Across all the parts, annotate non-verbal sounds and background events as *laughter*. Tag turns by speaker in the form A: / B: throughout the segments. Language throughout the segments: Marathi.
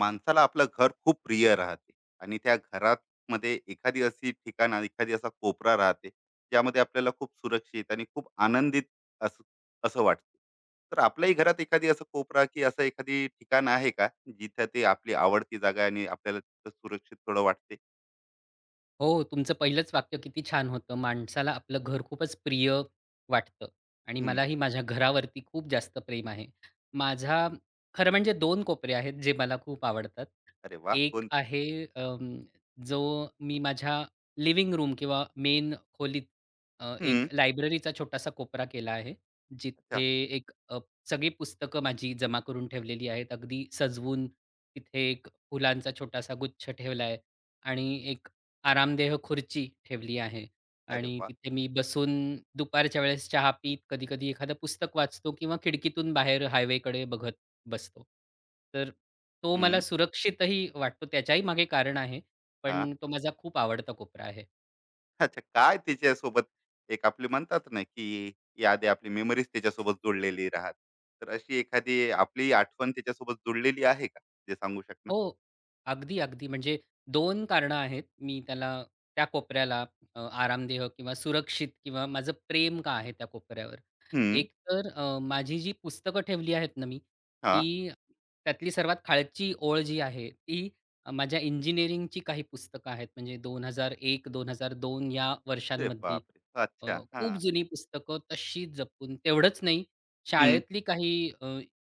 A: माणसाला आपलं घर खूप प्रिय राहते आणि त्या घरात मध्ये एखादी अशी ठिकाण आणि एखादी असा कोपरा राहते ज्यामध्ये आपल्याला खूप सुरक्षित आणि खूप आनंदित असं असं वाटते. तर आपल्याही घरात एखादी असं कोपरा की असं एखादी ठिकाण आहे का, जिथे ते आपली आवडती जागा आहे आणि आपल्याला तिथं सुरक्षित थोडं वाटते?
B: हो, तुमचं पहिलंच वाक्य किती छान होतं. माणसाला आपलं घर खूपच प्रिय वाटतं आणि
A: हम्म.
B: मलाही माझ्या घरावरती खूप जास्त प्रेम आहे. माझा खरं म्हणजे दोन कोपरे आहेत, जे मला खूप आवडतात.
A: अरे वा,
B: एक
A: कोणते?
B: आहे अं, जो मी माझ्या लिव्हिंग रूम किंवा मेन खोलीत एक
A: हम्म.
B: लायब्ररीचा छोटासा कोपरा केला आहे.
A: अच्छा.
B: जिथे एक सगळी पुस्तकं माझी जमा करून ठेवलेली आहेत. अगदी सजवून तिथे एक फुलांचा छोटासा गुच्छ ठेवला आहे आणि एक आरामदेह खुर्ची ठेवली आहे
A: अरे
B: आणि
A: वा.
B: तिथे मी बसून दुपारच्या वेळेस चहा पीत, कधी-कधी एखादं पुस्तक वाचतो किंवा खिडकीतून बाहेर हायवेकडे बघत बसतो. तर तो मला
A: हम्म.
B: सुरक्षितही वाटतो. त्याच्याही मागे कारण आहे.
A: हा.
B: पण तो माझा खूप आवडता कोपरा आहे.
A: अच्छा, काय तिच्यासोबत एक आपली म्हणतात ना की यादी आपली मेमरीज त्याच्यासोबत जोडलेली राहत, तर अशी एखादी आपली आठवण त्याच्यासोबत जोडलेली आहे का, जे सांगू शकणार?
B: हो. अगदी, अगदी. म्हणजे 2 कारणं आहेत. मी त्याला त्या कोपऱ्याला आरामदेह किंवा सुरक्षित किंवा माझं प्रेम का आहे त्या कोपऱ्यावर?
A: हम्म.
B: एक तर माझी जी पुस्तकं ठेवली आहेत ना मी,
A: हा.
B: ती त्यातली सर्वात खालची ओळ जी आहे, ती माझ्या इंजिनिअरिंगची काही पुस्तकं आहेत. म्हणजे 2001, 2002 या
A: अरे
B: वर्षांमधली
A: बापरे, अच्छा, हा.
B: खूप जुनी पुस्तकं तशीच जपून तेवढंच नाही,
A: हम्म.
B: शाळेतली काही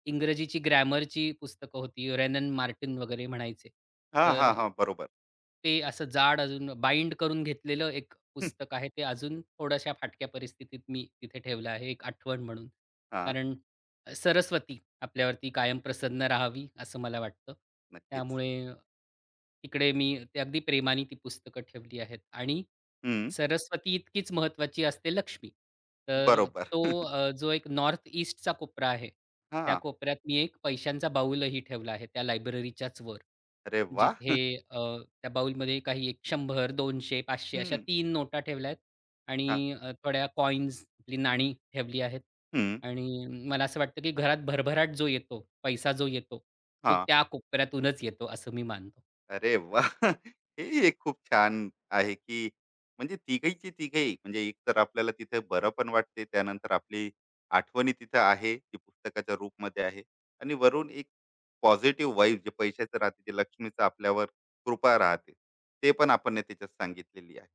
B: इंग्रजीची ग्रॅमरची पुस्तकं होती. रेनन मार्टिन वगैरे म्हणायचे.
A: हा, हा,
B: तर
A: हा, बरोबर.
B: ते असं जाड अजून बाइंड करून घेतलेलं एक
A: *laughs* हं.
B: पुस्तक आहे. ते अजून थोड्याशा फाटक्या परिस्थितीत मी तिथे ठेवलं आहे, एक आठवण म्हणून.
A: हा.
B: कारण सरस्वती आपल्यावरती कायम प्रसन्न राहावी, असं मला वाटतं.
A: नक्कीच.
B: त्यामुळे तिकडे मी ते अगदी प्रेमाने ती पुस्तकं ठेवली आहेत आणि
A: हम्म.
B: सरस्वती इतकीच महत्वाची असते लक्ष्मी. तर
A: बरोबर.
B: तो
A: *laughs*
B: जो एक नॉर्थ ईस्टचा कोपरा आहे,
A: हा.
B: त्या कोपऱ्यात मी एक पैशांचा बाऊलही ठेवला आहे त्या लायब्ररीच्याच वर.
A: अरे वा.
B: जिथे
A: *laughs*
B: अ, त्या बाऊलमध्ये काही एक 100, 200, 500 अशा
A: हम्म.
B: तीन नोटा ठेवल्या आहेत
A: हा.
B: आणि थोड्या कॉइन्स आपली नाणी ठेवली आहेत.
A: हम्म.
B: आणि मला असं वाटतं की घरात भरभराट जो येतो, पैसा जो येतो, तो
A: हा.
B: त्या कोपऱ्यातूनच येतो असं मी मानतो.
A: अरे वा, *laughs* हे एक खूप छान आहे, की म्हणजे तिघहींची तिघेही म्हणजे एक तर आपल्याला तिथे बरं पण वाटते, त्यानंतर आपली आठवणी तिथं आहे, ती पुस्तकाच्या रूपमध्ये आहे आणि वरून एक पॉझिटिव्ह वाइब जे पैशाचं राहते, जे लक्ष्मीचं आपल्यावर कृपा राहते, ते पण आपण ने त्याच्यात सांगितलेली आहे.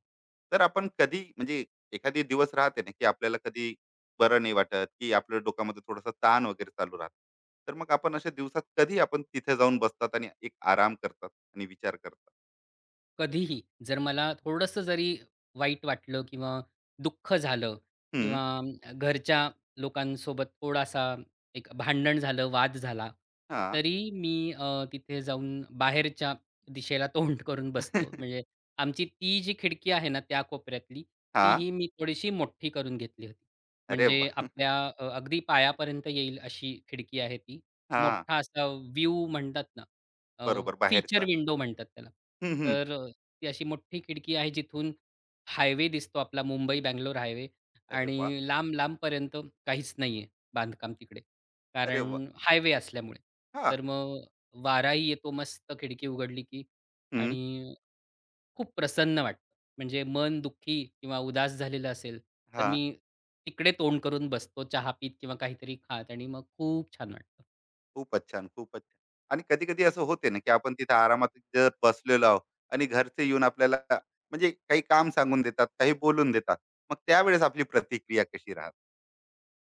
A: तर आपण कधी म्हणजे एखादी दिवस राहते ना, की आपल्याला कधी बरं नाही वाटत, की आपल्या डोक्यामध्ये थोडासा ताण वगैरे चालू राहतो. तर मग आपण अशा दिवसात कधी आपण तिथे जाऊन बसतात आणि एक आराम करतात? आणि विचार करता.
B: कधीही जर मला थोडंसं जरी वाईट वाटलं किंवा दुःख झालं
A: हं.
B: किंवा घरच्या लोकांसोबत थोडासा एक भांडण झालं, वाद झाला,
A: हां, हां.
B: तरी मी तिथे जाऊन बाहेरच्या दिशेला तोंड *laughs* करून बसतो.
A: *laughs*
B: म्हणजे आमची ती जी खिडकी आहे ना त्या कोपऱ्यातली, तीही मी थोडीशी मोठी करून घेतली होती.
A: अरे वा.
B: म्हणजे आपल्या अगदी पायापर्यंत येईल अशी खिडकी आहे ती.
A: हां.
B: मोठा असा व्ह्यू म्हणतात ना,
A: बरोबर,
B: फीचर
A: बाहेरचा.
B: विंडो म्हणतात त्याला.
A: हं, हं.
B: तर ती अशी मोठी खिडकी आहे जिथून हायवे दिसतो आपला मुंबई-बंगलोर हायवे
A: अरे वाह!
B: आणि लांब-लांबपर्यंत काहीच नाहीये बांधकाम तिकडे.
A: अरे वाह!
B: कारण हायवे असल्यामुळे.
A: हां.
B: तर मग वाराही येतो मस्त खिडकी उघडली की
A: हं.
B: आणि खूप प्रसन्न वाटतं. म्हणजे मन दुःखी किंवा उदास झालेलं असेल, तर
A: हां.
B: मी तिकडे तोंड करून बसतो, चहा पीत किंवा काहीतरी खात आणि मग खूप छान वाटतं.
A: खूपच छान, खूपच छान. आणि कधी-कधी असं होते ना, की आपण तिथे आरामात जर बसलेलो आहोत आणि घरचे येऊन आपल्याला म्हणजे काही काम सांगून देतात, काही बोलून देतात. मग त्यावेळेस आपली प्रतिक्रिया कशी राहते?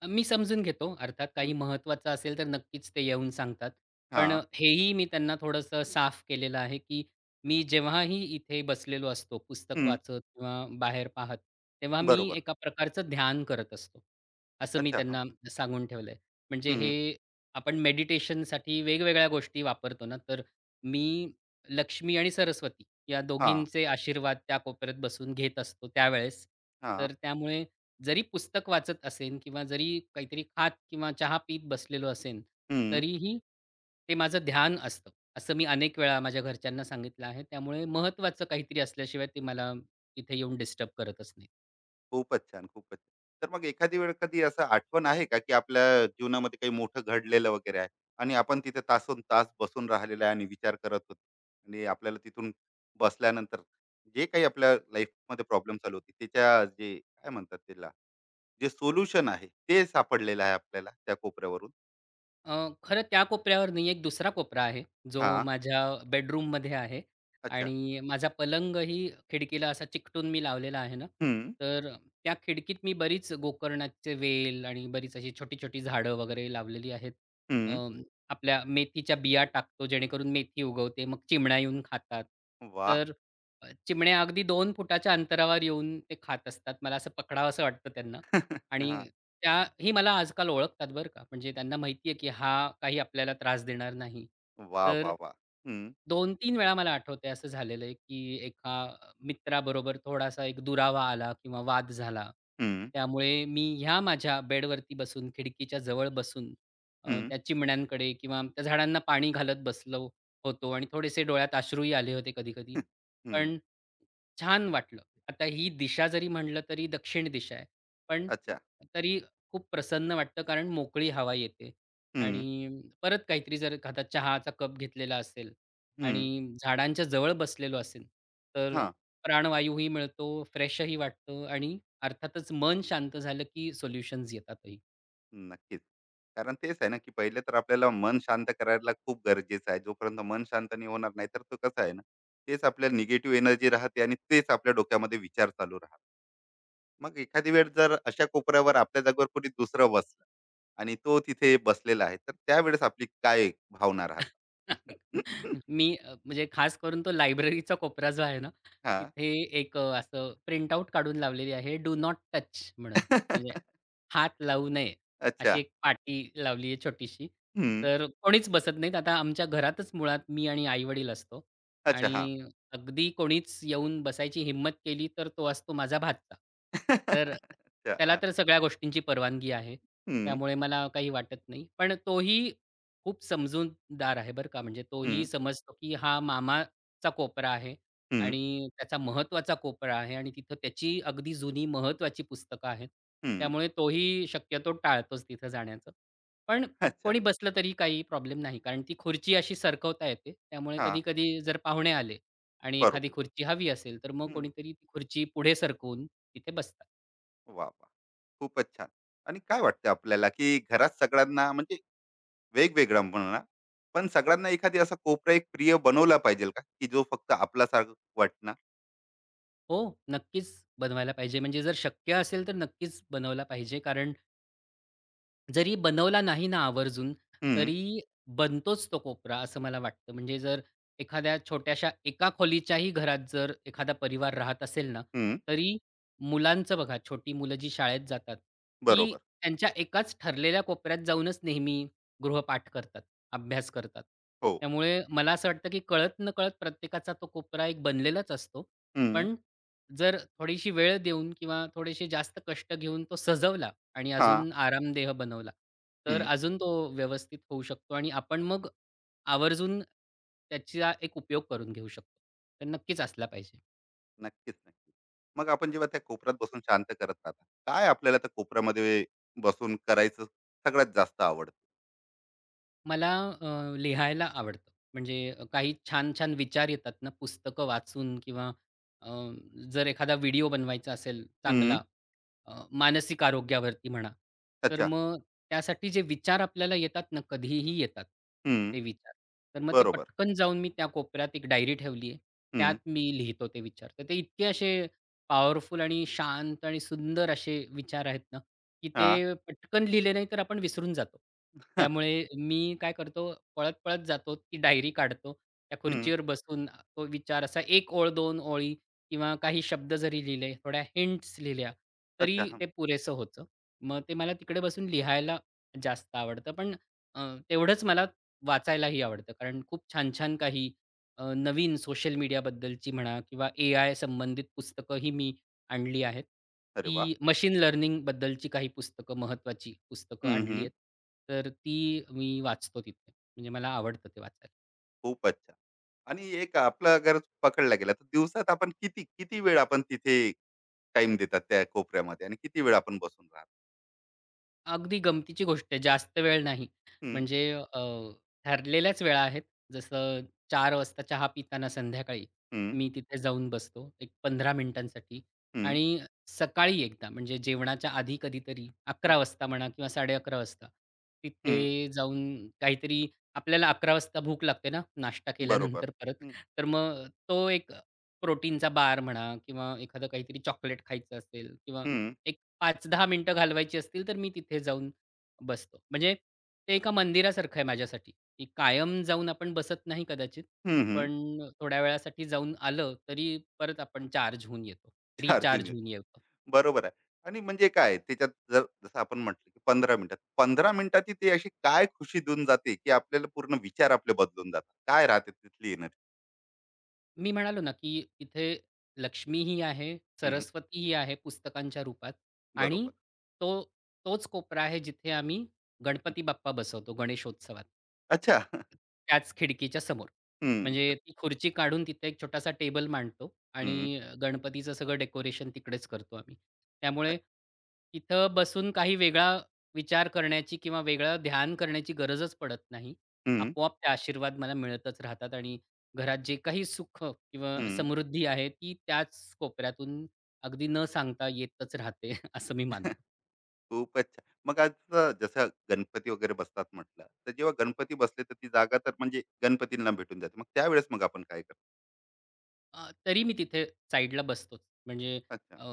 B: मी समजून घेतो. अर्थात
A: हं,
B: काही महत्त्वाचं असेल तर नक्कीच ते येऊन सांगतात. पण
A: हां.
B: हेही मी त्यांना थोडंसं साफ केलेलं आहे, की मी जेव्हाही इथे बसलेलो असतो, पुस्तक
A: हं.
B: वाचत किंवा बाहेर पाहत, तेव्हा मी
A: बरोबर.
B: एका प्रकारचं ध्यान करत असतो. असं मी
A: अच्छा.
B: त्यांना सांगून ठेवलंय.
A: हं,
B: म्हणजे
A: हं.
B: हे आपण मेडिटेशनसाठी वेगवेगळ्या गोष्टी वापरतो ना, तर मी लक्ष्मी आणि सरस्वती या
A: हां,
B: दोघींचे आशीर्वाद त्या कोपऱ्यात बसून घेत असतो त्यावेळेस.
A: हां.
B: तर त्यामुळे जरी पुस्तक वाचत असेन किंवा जरी काहीतरी खात किंवा चहा पीत बसलेलो असेन,
A: हं.
B: तरीही ते माझं ध्यान असतं. असं मी अनेक वेळा माझ्या घरच्यांना सांगितलं आहे. त्यामुळे महत्त्वाचं काहीतरी असल्याशिवाय ते मला इथे येऊन डिस्टर्ब करतच
A: खूपच छान, खूपच छान. तर मग एखादी वेळ कधी असं आठवण आहे का, की आपल्या जीवनामध्ये काही मोठं घडलेलं वगैरे आहे आणि आपण तिथे तासंतास बसून राहिलेलं आहे आणि विचार करत होतो आणि आपल्याला तिथून बसल्यानंतर जे काही आपल्या लाईफमध्ये प्रॉब्लेम चालू होती, त्याच्या जे काय म्हणतात त्याला, जे सोल्युशन आहे, ते सापडलेलं आहे आपल्याला त्या कोपऱ्यावरून?
B: अ, खरं त्या कोपऱ्यावर नाही, एक दुसरा कोपरा आहे, जो
A: हां.
B: माझ्या बेडरूममध्ये आहे
A: अच्छा.
B: आणि माझा पलंगही खिडकीला असा चिकटून मी लावलेला आहे ना,
A: हं.
B: तर त्या खिडकीत मी बरीच गोकर्णाचे वेल आणि बरीच अशी छोटी-छोटी झाडं वगैरे लावलेली आहेत. अ,
A: हं.
B: आपल्या मेथीच्या बिया टाकतो, जेणेकरून मेथी उगवते, मग चिमण्या येऊन खातात.
A: वाह!
B: तर चिमण्या अगदी 2 फुटाच्या अंतरावर येऊन ते खात असतात. मला असं पकडावसं वाटतं त्यांना.
A: *laughs* हां.
B: आणि त्याही मला आजकाल ओळखतात बरं का. म्हणजे त्यांना माहिती आहे, की हा काही आपल्याला त्रास देणार नाही.
A: वाह,
B: तर
A: वाह, वाह! हं.
B: 2 तीन वेळा मला आठवतंय असं झालेलं आहे, की एका मित्राबरोबर थोडासा एक दुरावा आला किंवा वाद झाला.
A: हं,
B: त्यामुळे मी ह्या माझ्या बेडवरती बसून, खिडकीच्या जवळ बसून
A: हं,
B: त्या चिमण्यांकडे किंवा त्या झाडांना पाणी घालत बसलो होतो आणि थोडेसे डोळ्यात अश्रूही आले होते
A: हं.
B: कधी-कधी.
A: *laughs*
B: पण छान वाटलं. आता ही दिशा जरी म्हटलं तरी दक्षिण दिशा आहे. पण
A: अच्छा.
B: तरी खूप प्रसन्न वाटतं कारण मोकळी हवा येते
A: हं.
B: आणि परत काहीतरी जर एखादा चहाचा कप घेतलेला असेल आणि
A: हं.
B: झाडांच्या जवळ बसलेलो असेल, तर
A: हां.
B: प्राणवायूही मिळतो, फ्रेशही वाटतं आणि अर्थातच मन शांत झालं की सोल्युशन्स येतातही.
A: नक्कीच. कारण तेच आहे ना, की पहिले तर आपल्याला मन शांत करायला खूप गरजेचं आहे. जोपर्यंत मन शांत नाही होणार नाही, तर तो कसं आहे ना, तेच आपल्या निगेटिव्ह एनर्जी राहते आणि तेच आपल्या डोक्यामध्ये विचार चालू राहतात. मग एखादी वेळ जर अशा कोपऱ्यावर आपल्या जागेवर कोणी दुसरं बसलं आणि तो तिथे बसलेला आहे, तर त्यावेळेस आपली काय भावना राहते?
B: *laughs* मी म्हणजे खास करून तो लायब्ररीचा कोपरा जो आहे ना,
A: हां.
B: तिथे एक असं प्रिंटआउट काढून लावलेली आहे, डू नॉट टच म्हणून. म्हणजे
A: *laughs* *laughs*
B: हात लावू नये, अशी
A: अच्छा.
B: एक पाटी लावली आहे छोटीशी.
A: हं.
B: तर कोणीच बसत नाहीत. आता आमच्या घरातच मुळात मी आणि आई-वडील असतो
A: अच्छा. हां.
B: आणि अगदी कोणीच येऊन बसायची हिंमत केली, तर तो असतो माझा भाचा.
A: *laughs*
B: तर
A: अच्छा.
B: त्याला
A: हां.
B: तर सगळ्या गोष्टींची परवानगी आहे.
A: हं,
B: त्यामुळे मला काही वाटत नाही. पण तोही खूप समजूनदार आहे बरं का. म्हणजे तोही
A: हं,
B: समजतो, की हा मामाचा कोपरा आहे
A: हं,
B: आणि त्याचा महत्त्वाचा कोपरा आहे आणि तिथं त्याची अगदी जुनी महत्त्वाची पुस्तकं आहेत.
A: हं.
B: त्यामुळे तोही शक्यतो टाळतोच तिथं जाण्याचं. पण
A: अच्छा.
B: कोणी बसलं तरी काही प्रॉब्लेम नाही. कारण ती खुर्ची अशी सरकवता येते. त्यामुळे
A: हां.
B: कधी-कधी जर पाहुणे आले आणि
A: बरोबर.
B: एखादी खुर्ची हवी असेल, तर मग
A: हं.
B: कोणीतरी ती खुर्ची पुढे सरकवून तिथे बसतात.
A: वाह! वाह! खूपच छान. आणि काय वाटतं आपल्याला, की घरात सगळ्यांना म्हणजे वेगवेगळा म्हणा, पण सगळ्यांना एखादी असा कोपरा एक प्रिय बनवला पाहिजे का, की जो फक्त आपलासारखं वाटणार?
B: हो, नक्कीच बनवायला पाहिजे. म्हणजे जर शक्य असेल तर नक्कीच बनवला पाहिजे. कारण जरी बनवला नाही ना आवर्जून,
A: हं,
B: तरी बनतोच तो कोपरा असं मला वाटतं. म्हणजे जर एखाद्या छोट्याशा एका खोलीच्याही घरात जर एखादा परिवार राहत असेल ना,
A: हं.
B: तरी मुलांचं बघा छोटी मुलं जी शाळेत जातात, ती
A: बरोबर.
B: त्यांच्या एकाच ठरलेल्या कोपऱ्यात जाऊनच नेहमी गृहपाठ करतात, अभ्यास करतात.
A: हो.
B: त्यामुळे मला असं वाटतं, की कळत-नकळत प्रत्येकाचा तो कोपरा एक बनलेलाच असतो.
A: हं.
B: पण जर थोडीशी वेळ देऊन किंवा थोडेसे जास्त कष्ट घेऊन तो सजवला आणि
A: हां.
B: अजून आरामदेह बनवला, तर
A: हं.
B: अजून तो व्यवस्थित होऊ शकतो आणि आपण मग आवर्जून त्याचा एक उपयोग करून घेऊ शकतो. तर नक्कीच असला पाहिजे.
A: नक्कीच, नक्कीच. मग आपण जेव्हा त्या कोपऱ्यात बसून शांत करत राहता, काय आपल्याला त्या कोपऱ्यामध्ये बसून करायचं सगळ्यात जास्त आवडतं?
B: मला लिहायला आवडतं. म्हणजे काही छान-छान विचार येतात ना पुस्तकं वाचून किंवा अ, जर एखादा व्हिडिओ बनवायचा असेल
A: हं.
B: चांगला मानसिक आरोग्यावरती म्हणा. तर
A: अच्छा.
B: मग त्यासाठी जे विचार आपल्याला येतात ना, कधीही येतात
A: हं.
B: ते विचार. तर मग ते
A: बरोबर.
B: पटकन जाऊन मी त्या कोपऱ्यात एक डायरी ठेवली आहे. त्यात
A: हं.
B: मी लिहितो ते विचार. तर ते इतके असे पॉवरफुल आणि शांत आणि सुंदर असे विचार आहेत ना, की ते
A: हां.
B: पटकन लिहिले नाही तर आपण विसरून जातो. त्यामुळे मी काय करतो, पळत-पळत जातो, ती डायरी काढतो. त्या
A: हं.
B: खुर्चीवर
A: *laughs*
B: बसून तो विचार असा एक ओळ, दोन ओळी किंवा काही शब्द जरी लिहिले, थोड्या हिंट्स लिहिल्या, तरी
A: अच्छा. हं.
B: ते पुरेसं होतं. मग ते मला तिकडे बसून लिहायला जास्त आवडतं. पण अ, तेवढंच मला वाचायलाही आवडतं. कारण खूप छान-छान काही नवीन सोशल मीडियाबद्दलची म्हणा किंवा एआय संबंधित पुस्तकंही मी आणली आहेत.
A: अरे वाह!
B: ती मशीन लर्निंगबद्दलची काही पुस्तकं, महत्त्वाची पुस्तकं
A: हं,
B: आणली
A: हं.
B: आहेत. तर ती मी वाचतो तिथे. म्हणजे मला आवडतं ते वाचायला.
A: खूपच. आणि एक आपलं अगर पकडला गेला तर दिवसात आपण किती किती वेळ आपण तिथे टाइम देतात त्या कोपऱ्यामध्ये आणि किती वेळ आपण बसून राहतो?
B: अगदी गमतीची गोष्ट आहे. जास्त वेळ नाही.
A: हम्म,
B: म्हणजे ठरलेल्याच वेळा आहेत. जसं 4 वाजता चहा पिताना संध्याकाळी
A: हम्म,
B: मी तिथे जाऊन बसतो एक 15 मिनिटांसाठी
A: हम्म,
B: आणि सकाळी एकदा म्हणजे जेवणाच्या आधी कधीतरी
A: हम्म,
B: 11 वाजता म्हणा किंवा 11:30 वाजता तिथे
A: हम्म.
B: जाऊन काहीतरी आपल्याला 11 वाजता भूक लागते ना, नाश्ता
A: बरोबर.
B: केल्यानंतर परत.
A: हम्म,
B: तर मग तो एक प्रोटीनचा बार म्हणा किंवा एखादं काहीतरी चॉकलेट खायचं असेल किंवा
A: हम्म,
B: एक 5-10 मिनिटं घालवायची असतील, तर मी तिथे जाऊन बसतो. म्हणजे ते एका मंदिरासारखं आहे माझ्यासाठी, की कायम जाऊन आपण बसत नाही कदाचित,
A: हम्म, हम्म.
B: पण थोड्या वेळासाठी जाऊन आलं, तरी परत आपण चार्ज होऊन येतो,
A: चार
B: रिचार्ज
A: ज्युनियर.
B: होऊन येतो.
A: बरोबर आहे. आणि म्हणजे काय त्याच्यात जर जसं आपण म्हटलं की पंधरा मिनिटात ते अशी काय खुशी देऊन जाते की आपल्याला पूर्ण विचार आपले बदलून जातात, काय राहते तिथली एनर्जी?
B: मी म्हणालो ना, की तिथे लक्ष्मीही आहे, सरस्वतीही आहे पुस्तकांच्या रूपात आणि
A: बरोबर.
B: तो तोच कोपरा आहे, जिथे आम्ही
A: हम्म.
B: गणपती बाप्पा बसवतो गणेशोत्सवात.
A: अच्छा.
B: त्याच खिडकीच्या समोर.
A: हम्म,
B: म्हणजे ती खुर्ची काढून तिथे एक छोटासा टेबल मांडतो
A: हम्म,
B: आणि गणपतीचं सगळं डेकोरेशन तिकडेच करतो आम्ही. त्यामुळे तिथं बसून काही वेगळा विचार करण्याची किंवा वेगळं ध्यान करण्याची गरजच पडत नाही.
A: हम्म,
B: आपोआप ते आशीर्वाद मला मिळतच राहतात आणि घरात जे काही सुख किंवा
A: हम्म.
B: समृद्धी आहे ती त्याच कोपऱ्यातून अगदी न सांगता येतच राहते *laughs* असं मी मानतो.
A: खूपच छान. मग आता जसं गणपती वगैरे बसतात म्हटलं, तर जेव्हा गणपती बसले तर ती जागा तर म्हणजे गणपतींना भेटून जाते. मग त्यावेळेस मग आपण काय करतो?
B: तरी मी तिथे साईडला बसतोच. म्हणजे
A: अच्छा.
B: अ,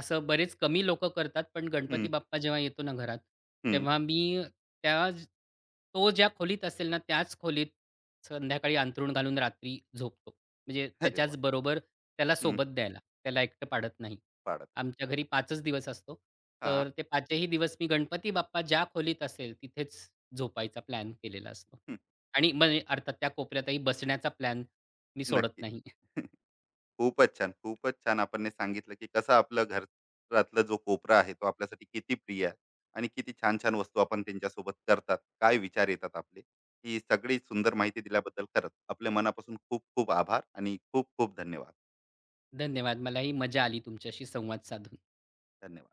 B: असं बरेच कमी लोकं करतात, पण
A: हं,
B: गणपती बाप्पा जेव्हा येतो ना घरात,
A: हं.
B: तेव्हा मी त्या ज- तो ज्या खोलीत असेल ना, त्याच खोलीत संध्याकाळी अंथरूण घालून रात्री झोपतो. म्हणजे
A: अरे वाह!
B: त्याच्याच बरोबर त्याला
A: हं.
B: सोबत द्यायला, त्याला एकटं पाडत नाही.
A: पाडत.
B: आमच्या घरी 5 च दिवस असतो.
A: हां.
B: तर ते 5 ही दिवस मी गणपती बाप्पा ज्या खोलीत असेल, तिथेच झोपायचा प्लॅन केलेला असतो.
A: हं.
B: आणि म्हणजे अर्थात त्या कोपऱ्यातही बसण्याचा प्लॅन मी सोडत
A: नक्की.
B: नाही.
A: *laughs* खूपच छान, खूपच छान आपण हे सांगितलं, की कसं आपलं घरातला जो कोपरा आहे, तो आपल्यासाठी किती प्रिय आहे आणि किती छान-छान वस्तू आपण त्यांच्यासोबत करतात, काय विचार येतात आपले. ही सगळी सुंदर माहिती दिल्याबद्दल खरंच आपल्या मनापासून खूप खूप आभार आणि खूप खूप धन्यवाद.
B: धन्यवाद. मलाही मजा आली तुमच्याशी संवाद साधून.
A: धन्यवाद.